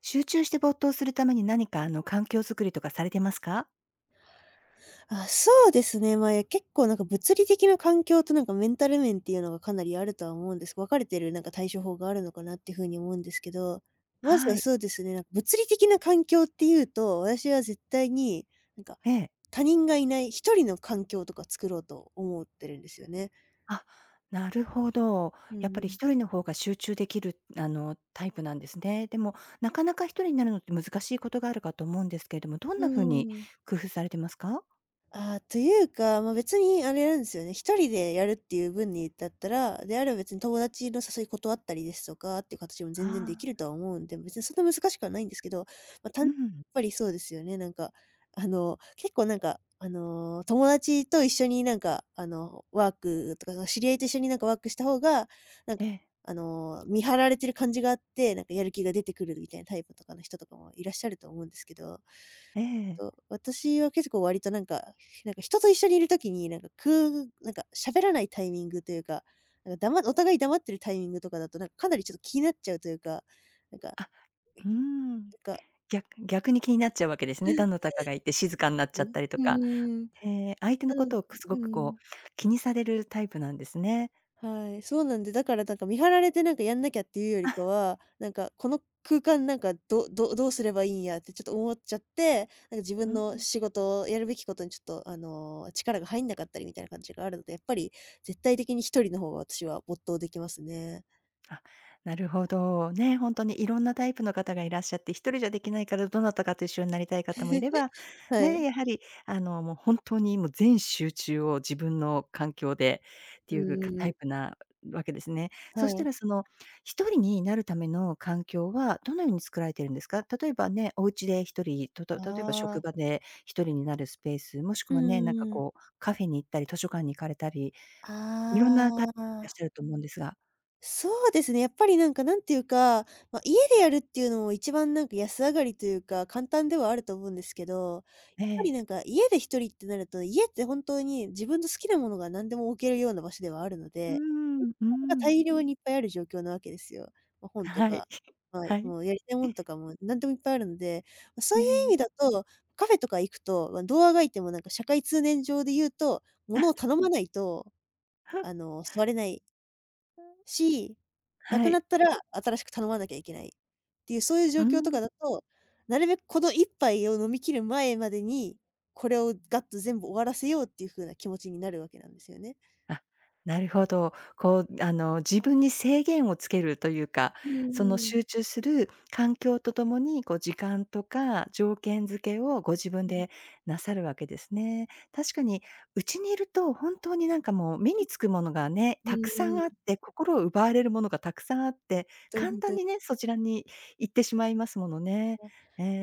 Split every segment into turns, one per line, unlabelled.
集中して没頭するために何か環境づくりとかされてますか？
あ、そうですね。まあ、いや結構なんか物理的な環境となんかメンタル面っていうのがかなりあるとは思うんです。分かれてるなんか対処法があるのかなっていうふうに思うんですけど、まずは
はい。
そうですね、なんか物理的な環境っていうと、私は絶対に、なんか、
ええ。
他人がいない一人の環境とか作ろうと思ってるんですよね。
あ、なるほど。
う
やっ
んう
ぱり
ん。
一人の方が集中できるタイプなんですね。でも、なかなか一人になるのって難しいことがあるかと思うんですけれども、どん
う
な
んう
風に
んうん。
工夫されてますか？
ああ、というか、まあ、別にあれなんですよね、一人でやるっていう分にだったら、であれば別に友達の誘い断ったりですとかっていう形も全然で
あ
きる
あ、
とは思うんで、別にそんな難しくはないんですけど、まあ、やっ
うん。
ぱりそうですよね、なんか、結構なんか、友達と一緒になんか、ワークとか、知り合いと一緒になんかワークした方が、なん
え
か、
え、
見張られてる感じがあって、なんかやる気が出てくるみたいなタイプとかの人とかもいらっしゃると思うんですけど
ええ。
と、私は結構割となんか、なんか人と一緒にいる時に、なんか喋らないタイミングというか、なんかお互い黙ってるタイミングとかだと、なんかかなりちょっと気になっちゃうというか、なんか、
あ、うん。
なんか、
逆逆に気になっちゃうわけですね。段の高がいて静かになっち
う
ゃっ
ん、
たりと
う
か。
ーん、
ええ、相手
な
のこ
の
とをす
う
ごく
ん。
こう気にされるタイプなんですね。
はい、そうなんで、だからなんか見張られてなんかやんなきゃっていうより
あ、
かは、なんかこの空間なんかどうすればいいんやってちょっと思っちゃって、なんか自
う
分
ん。
の仕事をやるべきことにちょっと力が入んなかったりみたいな感じがあるので、やっぱり絶対的に一人の方が私は没頭できますね。
あ、なるほど。ね、本当にいろんなタイプの方がいらっしゃって、一人じゃできないから、どなたかと一緒になりたい方もいれば、
は
ね、
い。
やはり、あの、もう本当にもう全集中を自分の環境でって
う
い
ん
う
う
か
んう
タ
ん。
イプなわけですね。そ
は
した
い。
らその、一人になるための環境はどのように作られてるんですか？例えばね、お家で一人、と
あ
と例えば職
あ。
場で一人になるスペース、もし
う
く
ん
はね、なん
う
か
んうん。
こうカフェに行ったり、図書館に行かれたり、いろんなタ
あ
イプいらっしゃ
あ。
ると思うんですが。
そうですね、やっぱりなんかなんていうか、まあ、家でやるっていうのも一番なんか安上がりというか、簡単ではあると思うんですけど、
え
やっぱり
え。
なんか家で一人ってなると、家って本当に自分の好きなものが何でも置けるような場所ではあるの
うー
で、
ん、うー
が
ん。
大量にいっぱいある状況なわけですよ。まあ、本と
はい。
か、はい、
はい。
もうやりたいもんとかも何でもいっぱいあるので、まあ、そ
え
ういう
え。
意味だと、カフェとか行くと、まあ、どう足掻いてもなんか社会通念上で言うと、ものを頼まないと、座れない し、な
は
くな
い。
ったら新しく頼まなきゃいけないっていう、そういう状
う
況と
ん。
かだと、なるべくこの一杯を飲み切る前までに、これをガッと全部終わらせようっていう風な気持ちになるわけなんですよね。
あ、なるほど。こう、あの、自分に制限をつけるというか、
うんうん
その
うん。
集中する環境とともに、こう時間とか条件付けをご自分でなさるわけですね。確かにうちにいると本当になんかもう目につくものがね、
うん
たくさ
うんう
ん
ん。ほ
あって、心を奪われるものがたくさんあって、
んとにほ
簡
んと
単
に。
にね、そちらに行ってしまいますものね。
あ、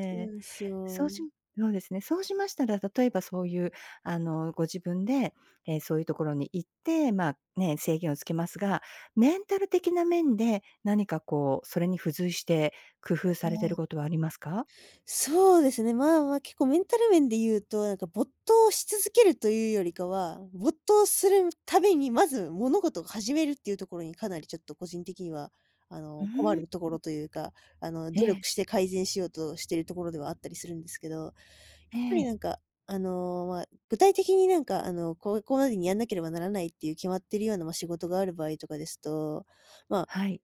そうな
え。
んですよ。
そうしそうですね。そうしましたら、例えばそういう、あの、ご自分で、そういうところに行って、まあ、ね、制限をつけますが、メンタル的な面で、何かこう、それに付随して工夫されてることはありますか？
そうですね、まあまあ、結構メンタル面で言うと、なんか没頭し続けるというよりかは、没頭するためにまず物事を始めるっていうところにかなりちょっと個人的には、
う
困
ーん。
るところというか、
え
努
え、
力して改善しようとしてるところではあったりするんですけど、やっ
え
ぱり
え、
なんか、まあ、具体的になんか、ここまでにやんなければならないっていう決まってるような、まあ、仕事がある場合とかですと、まあ
はい。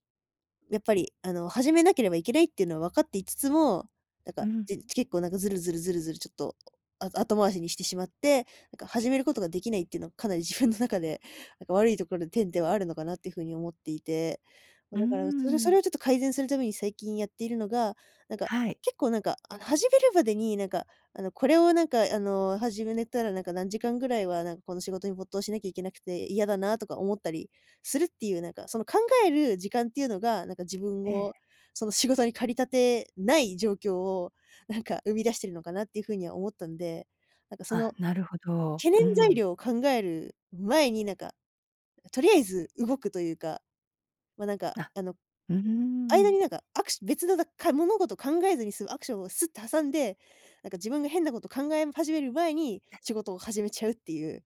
やっぱり、始めなければいけないっていうのは分かっていつつも、なんか、
うん。
結構なんかずるずるずるずるちょっと、後回しにしてしまって、なんか始めることができないっていうのはかなり自分の中で、なんか悪いところで点ではあるのかなっていう風に思っていて、ま、
うー
だからそれそ
ん。
れをちょっと改善するために最近やっているのが、なんか、
はい。
結構なんか、始めるまでになんか、これをなんか、始めたらなんか何時間ぐらいはなんかこの仕事に没頭しなきゃいけなくて嫌だなとか思ったりするっていう、なんかその考える時間っていうのが、なんか自分
ええ。
を、その仕事に駆り立てない状況を、なんか生み出してるのかなっていう風には思ったんで、なんかそ
あ、
の
なるほど。
懸念
う
材
ん。
料を考える前に、なんか、とりあえず動くというか、ま、なんか、
あ。うー
間
ん。
になんかアクシ別のだか物事を考えずに済むアクションをスッと挟んで、なんか自分が変なこと考え始める前に、仕事を始めちゃうっていう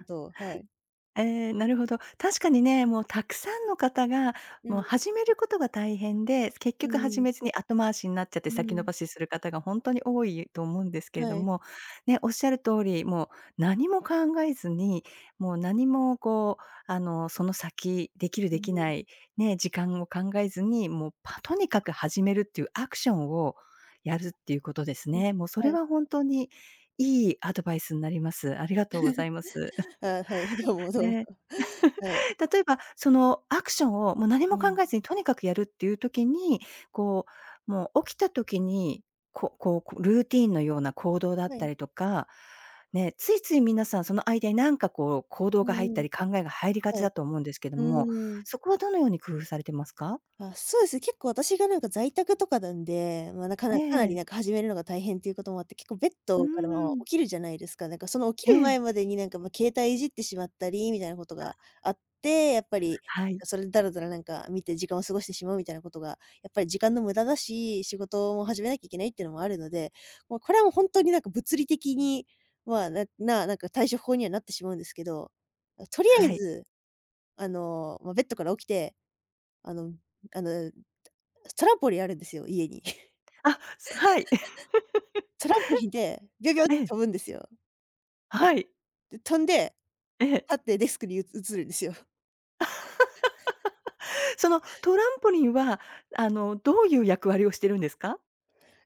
こ とを、はい。
ええ、なるほど。確かにね、もうたくさんの方が、
う
も
ん、
う始めることが大変で、結
う
局始
ん
めずに後回しになっちゃって
う
先延
ん、
ばしする方が本当に多いと思うんですけれ
は
ど
い
も、ね、おっしゃる通り、もう何も考えずに、もう何もこう、あの、その先、できる
う
で
ん、
き
は
な
い。
い、ね、時間を考えずに、もう、とにかく始めるっていうアクションをやるっていうことです
うん
ね。もうそ
は
れ
い。
は本当にいいアドバイスになります。ありがとうございます。
あ、はい、どうもど
え
うも。
え。
はい。
例えば、そのアクションをもう何
う
も考
ん。
えずにとにかくやるっていう時に、こう、もう起きた時に、ここう、こルーティンのような行動だっ
は
た
い。
りとか、ね、ついつい皆さんその間になんかこう行
う
動が入っ
んう
た
ん。
り考えが入りが
は
ち
い。
だと思うんですけど
う
も、
ーん。
そこはどのように工夫されてますか？
あ、そうですね、結構私がなんか在宅とかなんで、まあ、なか
え
なかなり
え。
なんか始めるのが大変っていうこともあって、結構ベッ
うー
ドからまあ、
ん。
起きるじゃないですか。なんかその起
え
きる
え。
前までになんか、ま、携帯いじってしまったりみたいなことがあって、やっぱり、
は
なん
い。
かそれでだらだらなんか見て時間を過ごしてしまうみたいなことが、やっぱり時間の無駄だし、仕事も始めなきゃいけないっていうのもあるので、もうこれはもう本当になんか物理的に、まあ、なんか対処法にはなってしまうんですけど、とりあえ
はい。
ず、まあ、ベッドから起きて、あのあのトランポリンあるんですよ、家に。
はい。
トランポリンでビョビョっ
え
て
え。
飛ぶんですよ。
はい。
で、飛んで、
ええ。
立ってデスクに移るんですよ。
そのトランポリンは、あの、どういう役割をしてるんですか？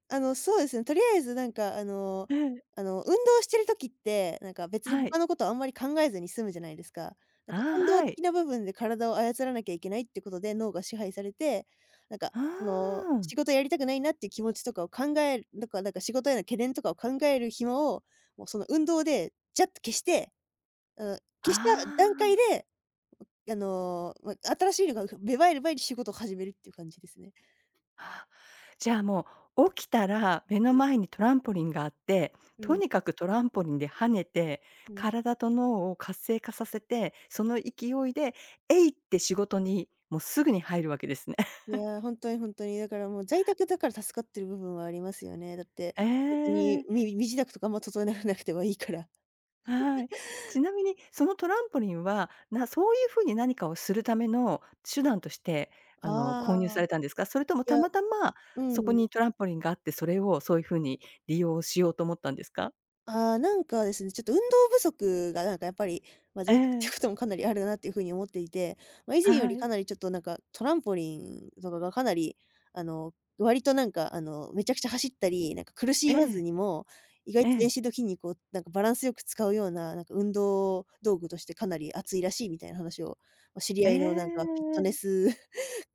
そうですね、とりあえずなんか
ええ。
運動してる時って、なんか別に
は
他
い。
のことあんまり考えずに済むじゃないですか。なん
あ
か
あ、
運動
は
的
い。
な部分で体を操らなきゃいけないってことで脳が支配されて、なんか
うー
その、
ん。
仕事やりたくないなっていう気持ちとかを考えるとか、なんか仕事への懸念とかを考える暇を、もうその運動でジャッと消して、あの、消した
あ
段階
あ。
でまあ、新しいのが、芽生える前に仕事を始めるっていう感じですね。
あじゃあ、もう起きたら目の前にトランポリンがあって、
う
と
ん、
にかくトランポリンで跳ねて、
うん。
体と脳を活性化させて、その勢いで、えいって仕事にもうすぐに入るわけですね。
い やー、ほんとにほんとに、だからもう在宅だから助かってる部分はありますよね。だって、
え
別に
え。
身支度とかあんま整えなくてはいいから。
はい。ちなみに、そのトランポリンは、そういう風に何かをするための手段として、あの、
あ
購入
あ、
されたんですか？それとも
い
た
や、
またま、
う
そこ
ん。
にトランポリンがあって、それをそういう風に利用しようと思ったんですか？
なんかですね、ちょっと運動不足がなんかやっぱり、
え
在宅ってい
え。
うこともかなりあるなっていう風に思っていて、以前よ
は
りか
い。
なりちょっとなんかトランポリンとかがかなり、あの、割とめちゃくちゃ走ったり、なんか苦し
え
まず
え。
にも、意外
え
と全
え。
身の筋肉をなんかバランスよく使うような、なんか運動道具としてかなり熱いらしいみたいな話を、知り合いのなん
え
かフィットネ
え。
ス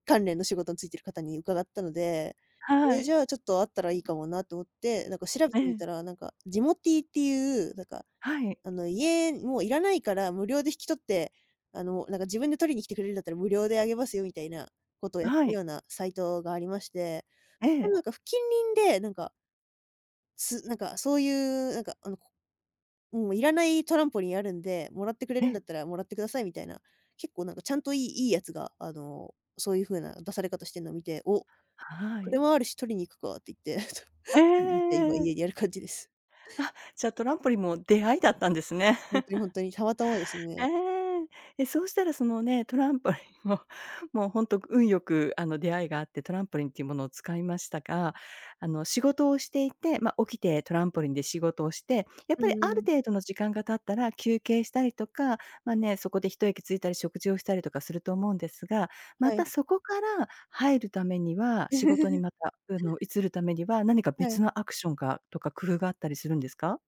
関連の仕事についてる方に伺ったので、
はい。
じゃあ、ちょっとあったらいいかもなと思って、なんか調べ
え
てみた
え。
ら、なんか、ジモティーっていう、なんか、
はい。
家もういらないから無料で引き取って、なんか自分で取りに来てくれるんだったら無料であげますよみたいなことをやって
は
る
い。
ようなサイトがありまして、
ええ。
なんか近隣で、なんか、そういう、なんか、もういらないトランポリンあるんで、もらってくれ
え
るん
え。
だったらもらってくださいみたいな、結構なんかちゃんといいやつが、あの、そういう風な出され方してんのを見て、
は
これ
い。
もあるし、取りに行くかって言って、
ええええええはいええはいはいええええはい
取りに行って今
えええ
家にあ
え
る感じです。
あ、じゃあトランポリンも出会いだったんですね。
本当に本当に、たまたまです
え
ね。
え、え、そうしたらそのね、トランポリンを、もうほんと運よくあの出会いがあって、トランポリンっていうものを使いましたが、あの仕事をしていて、ま、起きてトランポリンで仕事をして、やっ
う
ぱり
ん
あ
う
る
ん。
程度の時間が経ったら休憩したりとか、ま、ね、そこで一息ついたり食事をしたりとかすると思うんですが、ま
は
た
い。
そこから入るためには、仕事にま た、あの移るためには、何か
は
別
い。
のアクションがとか工夫があったりするんですか？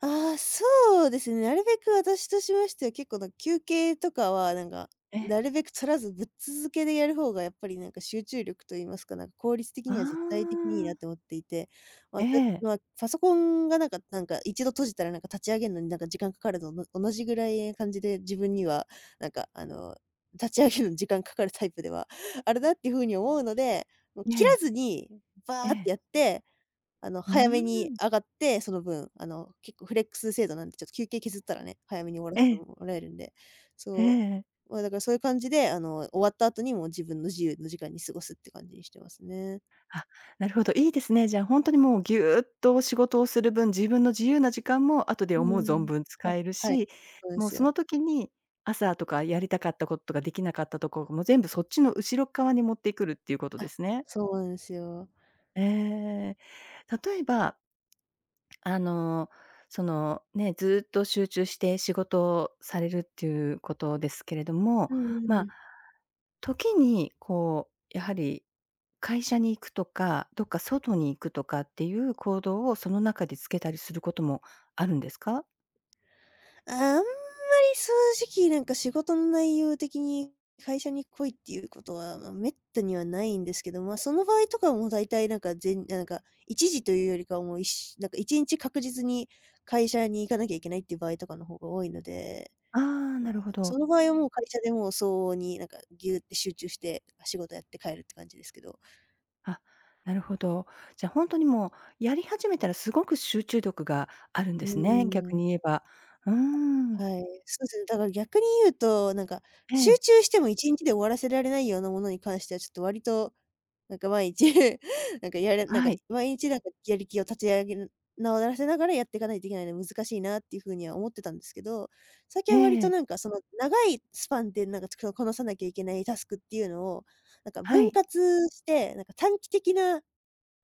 そうですね。なるべく私としましては、結構なんか休憩とかは、なんか、
え
な
え。
るべく取らずぶっ続けでやる方がやっぱりなんか集中力と言いますか、なんか効率的
あ
には絶対的にいい
あ。
なと思っていて、まあ、
え
た
え。
まあ、パソコンがなんか一度閉じたらなんか立ち上げるのになんか時間かかるのの同じぐらいな感じで、自分にはなんかあの、立ち上げるのに時間かかるタイプではあるなっていうふうに思うので、もう
え
切らず
え。
にバ
え
ーって
え。
やって
うー
早めに
ん。
上がって、その分、結構フレックス制度なんで、ちょっと休憩削ったらね、早めに終わら
え
せて
え、
もらえるんで、
え
そ
えええ
まあ、だからそういう感じで、終わった後にも自分の自由の時間に過ごすって感じにしてますね。
あ、なるほど、いいですね。じゃあ、ほんとにもうぎゅうっと仕事をする分、自分の自由な時間も後で
う
思う存
ん
分
あ、
使える
はい。
し、
そうで
もう
す
そ
よ。
の時に朝とかやりたかったことができなかったとこも全部そっちの後ろっ側に持ってくるっていうことで
あ、
すね。
そうなんですよ。
ええ。例えばあの、その、ね、ずっと集中して仕事をされるっていうことですけれども、
うんうん
ま
う
あ、
ん。
時にこう、やはり会社に行くとか、どっか外に行くとかっていう行動をその中でつけたりすることもあるんですか？
あんまり正直、なんか仕事の内容的に会社に来いっていうことは、滅多にはないんですけど、その場合とかはもう大体なんか、1時というよりかはもう、いしなんか1日確実に会社に行かなきゃいけないっていう場合とかの方が多いので、
ああ、な
ま
る
あ、
ほ
なんかそ
ど。
の場合はもう会社でもう相応になんかぎゅうって集中して、仕事やって帰るって感じですけど。
あ、なるほど。じゃあ、本当にもうやり始めたらすごく集中力があるん
う
で
ー
すね、逆
ん、
に言えば。うーん。
はい。そうですね、だから逆に言うと、なんか
え
集
え、
中しても一日で終わらせられないようなものに関してはちょっと割となんか毎日 なんかやれなんか
はい。
毎日なんかやる気を立ち上げ直らせながらやっていかないといけないの難しいなっていうふうには思ってたんですけど、最近
え
は割と
え、
なんかその長いスパンでなんかここなさなきゃいけないタスクっていうのを、なんか
は
分
い。
割して、なんか短期的な、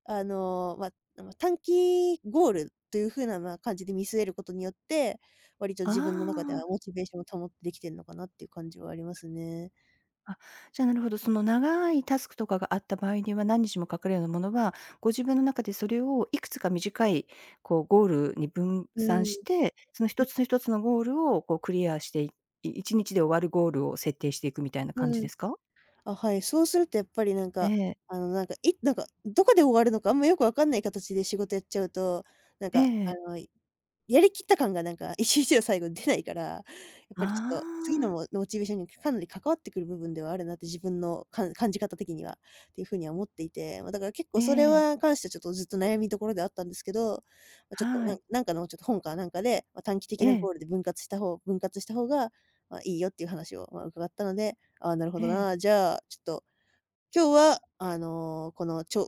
あの、まま、短期ゴールというふうな、感じで見据えることによって、割と
あ
自分の中では
あ。
モチベーションを保ってできてるのかなっていう感じはありますね。
あ、じゃあ、なるほど。その長いタスクとかがあった場合には、何日もかかるようなものは、ご自分の中でそれをいくつか短い、こう、ゴールに分
う
散
ん、
し
う
て、その一つの一つのゴールを、こう、クリアして、1日で終わるゴールを設定していくみたいな感
う
じ
ん。
ですか？
あ、はい。そうするとやっぱりなん
え
か、
え。
どこで終わるのかあんまよくわかんない形で仕事やっちゃうと、なん
ええ
か、あ
ええ。
のやりきった感がなんか1ちにちの最後に出ないから、やっ
あ
ぱりちょっと次のモ
あ。
モチベーションにかなり関わってくる部分ではあるなって自分の感じ方的にはっていう風には思っていて、だから結構
え
それ
え。
は関してはちょっとずっと悩みどころではあったんですけど、ちょっと
は
なん
い。
なんかのちょっと本かなんかで、短期的
え
なゴール
え。
で分割した方が、いいよっていう話を、伺ったので、ああ、なるほ
え
どな、
え。
じゃあ、ちょっと今日はあの、このちょ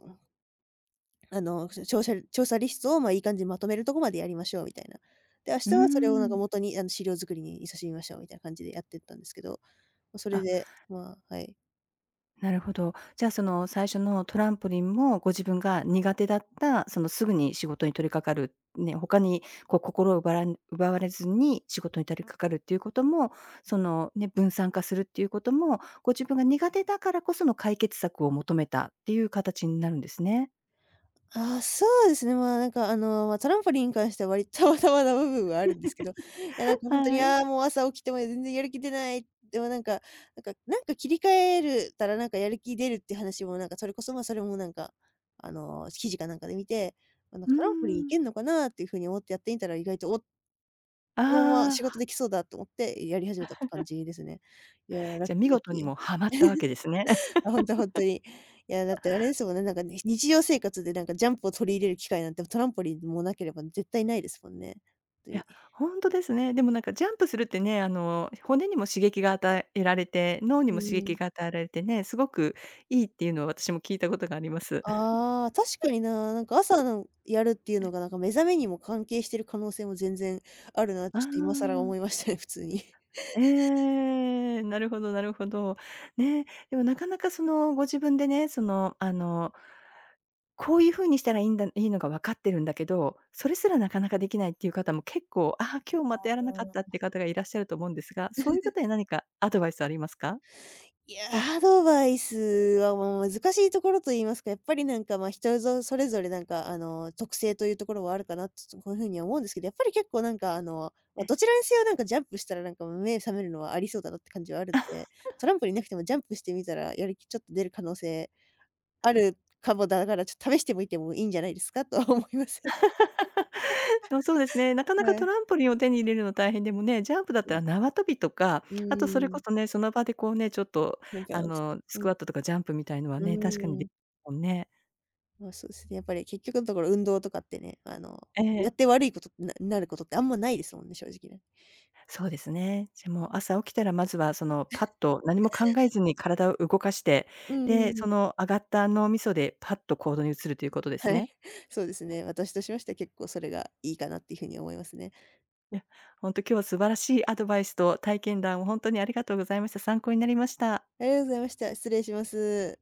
あの、調査リストを、まあ、いい感じにまとめるとこまでやりましょうみたいな。で、明
う
日
ー
はそれをなんか
ん。
元に、あの、資料作りに勤しみましょうみたいな感じでやってったんですけど、それ
あ、
で、まあ、はい。
なるほど。じゃあ、その最初のトランポリンもご自分が苦手だった、そのすぐに仕事に取り掛かる、ね、他にこう心を奪われずに仕事に取り掛かるっていうことも、そのね、分散化するっていうことも、ご自分が苦手だからこその解決策を求めたっていう形になるんですね。
そうですね、まあ、なんか、トランポリンに関しては割と まだまだ部分はあるんですけど、いや、なんかほんとに、
はい。
ああ、もう朝起きても全然やる気出ない、でもなんかなんか切り替えるたらなんかやる気出るって話もなんかそれこそ、それもなんか、記事かなんかで見て、まあ、なん
う
か
ー
トランポリンい
ん。
けんのかなっていう風に思ってやってみたら意外とこのまま
あ
仕事
あ、
できそうだと思ってやり始めたって感じですね。いや、ラッ
じゃあ
キー
見
ラッ
事に
キー。
もハマったわけですね。
あ、ほんとほんとに。いや、だってあれですもんね、なんかね、日常生活でなんかジャンプを取り入れる機会なんて、トランポリンもなければ絶対ないですもんね。ほんと
い
に。
や、本当ですね。でもなんかジャンプするってね、あの、骨にも刺激が与えられて、脳に
う
も刺激
ん。
が与えられてね、すごくいいっていうのは私も聞いたことがあります。
ああ、確かにな。なんか朝のやるっていうのが、なんか目覚めにも関係してる可能性も全然あるなって、
あ
ちょっと今更
あ、
思いましたね、普通に。
ええ、なるほどなるほど。ね、でもなかなかそのご自分でね、その、あの、こういう風にしたらいいんだいいのが分かってるんだけど、それすらなかなかできないっていう方も結構、ああ、今日またやらなかっ
う
た
ん
っていう方がいらっしゃると思うんですが、そういう方に何かアドバイスありますか？
いや。アドバイスは、難しいところと言いますか、やっぱりなんか、人ぞそれぞれなんか、特性というところはあるかなって、とこういうふうには思うんですけど、やっぱり結構なんか、どちらにせよなんかジャンプしたらなんか目覚めるのはありそうだなって感じはあるんで、トランポリンなくてもジャンプしてみたら、やる気ちょっと出る可能性あるかもだから、ちょっと試してみてもいいんじゃないですかとは思います。
あ、そうですね。なかなか
は
ト
い。
ランポリンを手に入れるの大変でもね、ジャンプだっ
い
た
や、
ら縄跳びとか、
う
あとそれこ
ん。
そね、その場でこうね、ちょっと
勉強
あ
して。
の、ス
う
ク
ん。
ワットとかジャンプみたいのは
う
ね、確かにで
ん。
きますもんね。
まあ、そうですね、やっぱり結局のところ運動とかってね、
え
やっ
え、
て悪いことにることってあんまないですもんね、正直ね。
そうですね。じゃ、もう朝起きたらまずはそのパッと何も考えずに体を動かして、
う
で、
ん
その上がった脳みそでパッと行動に移るということ です
はい。
ね。
そうですね、私としましては結構それがいいかなっていう風に思いますね。
いや、本当今日は素晴らしいアドバイスと体験談を本当にありがとうございました。参考になりました。
ありがとうございました。失礼します。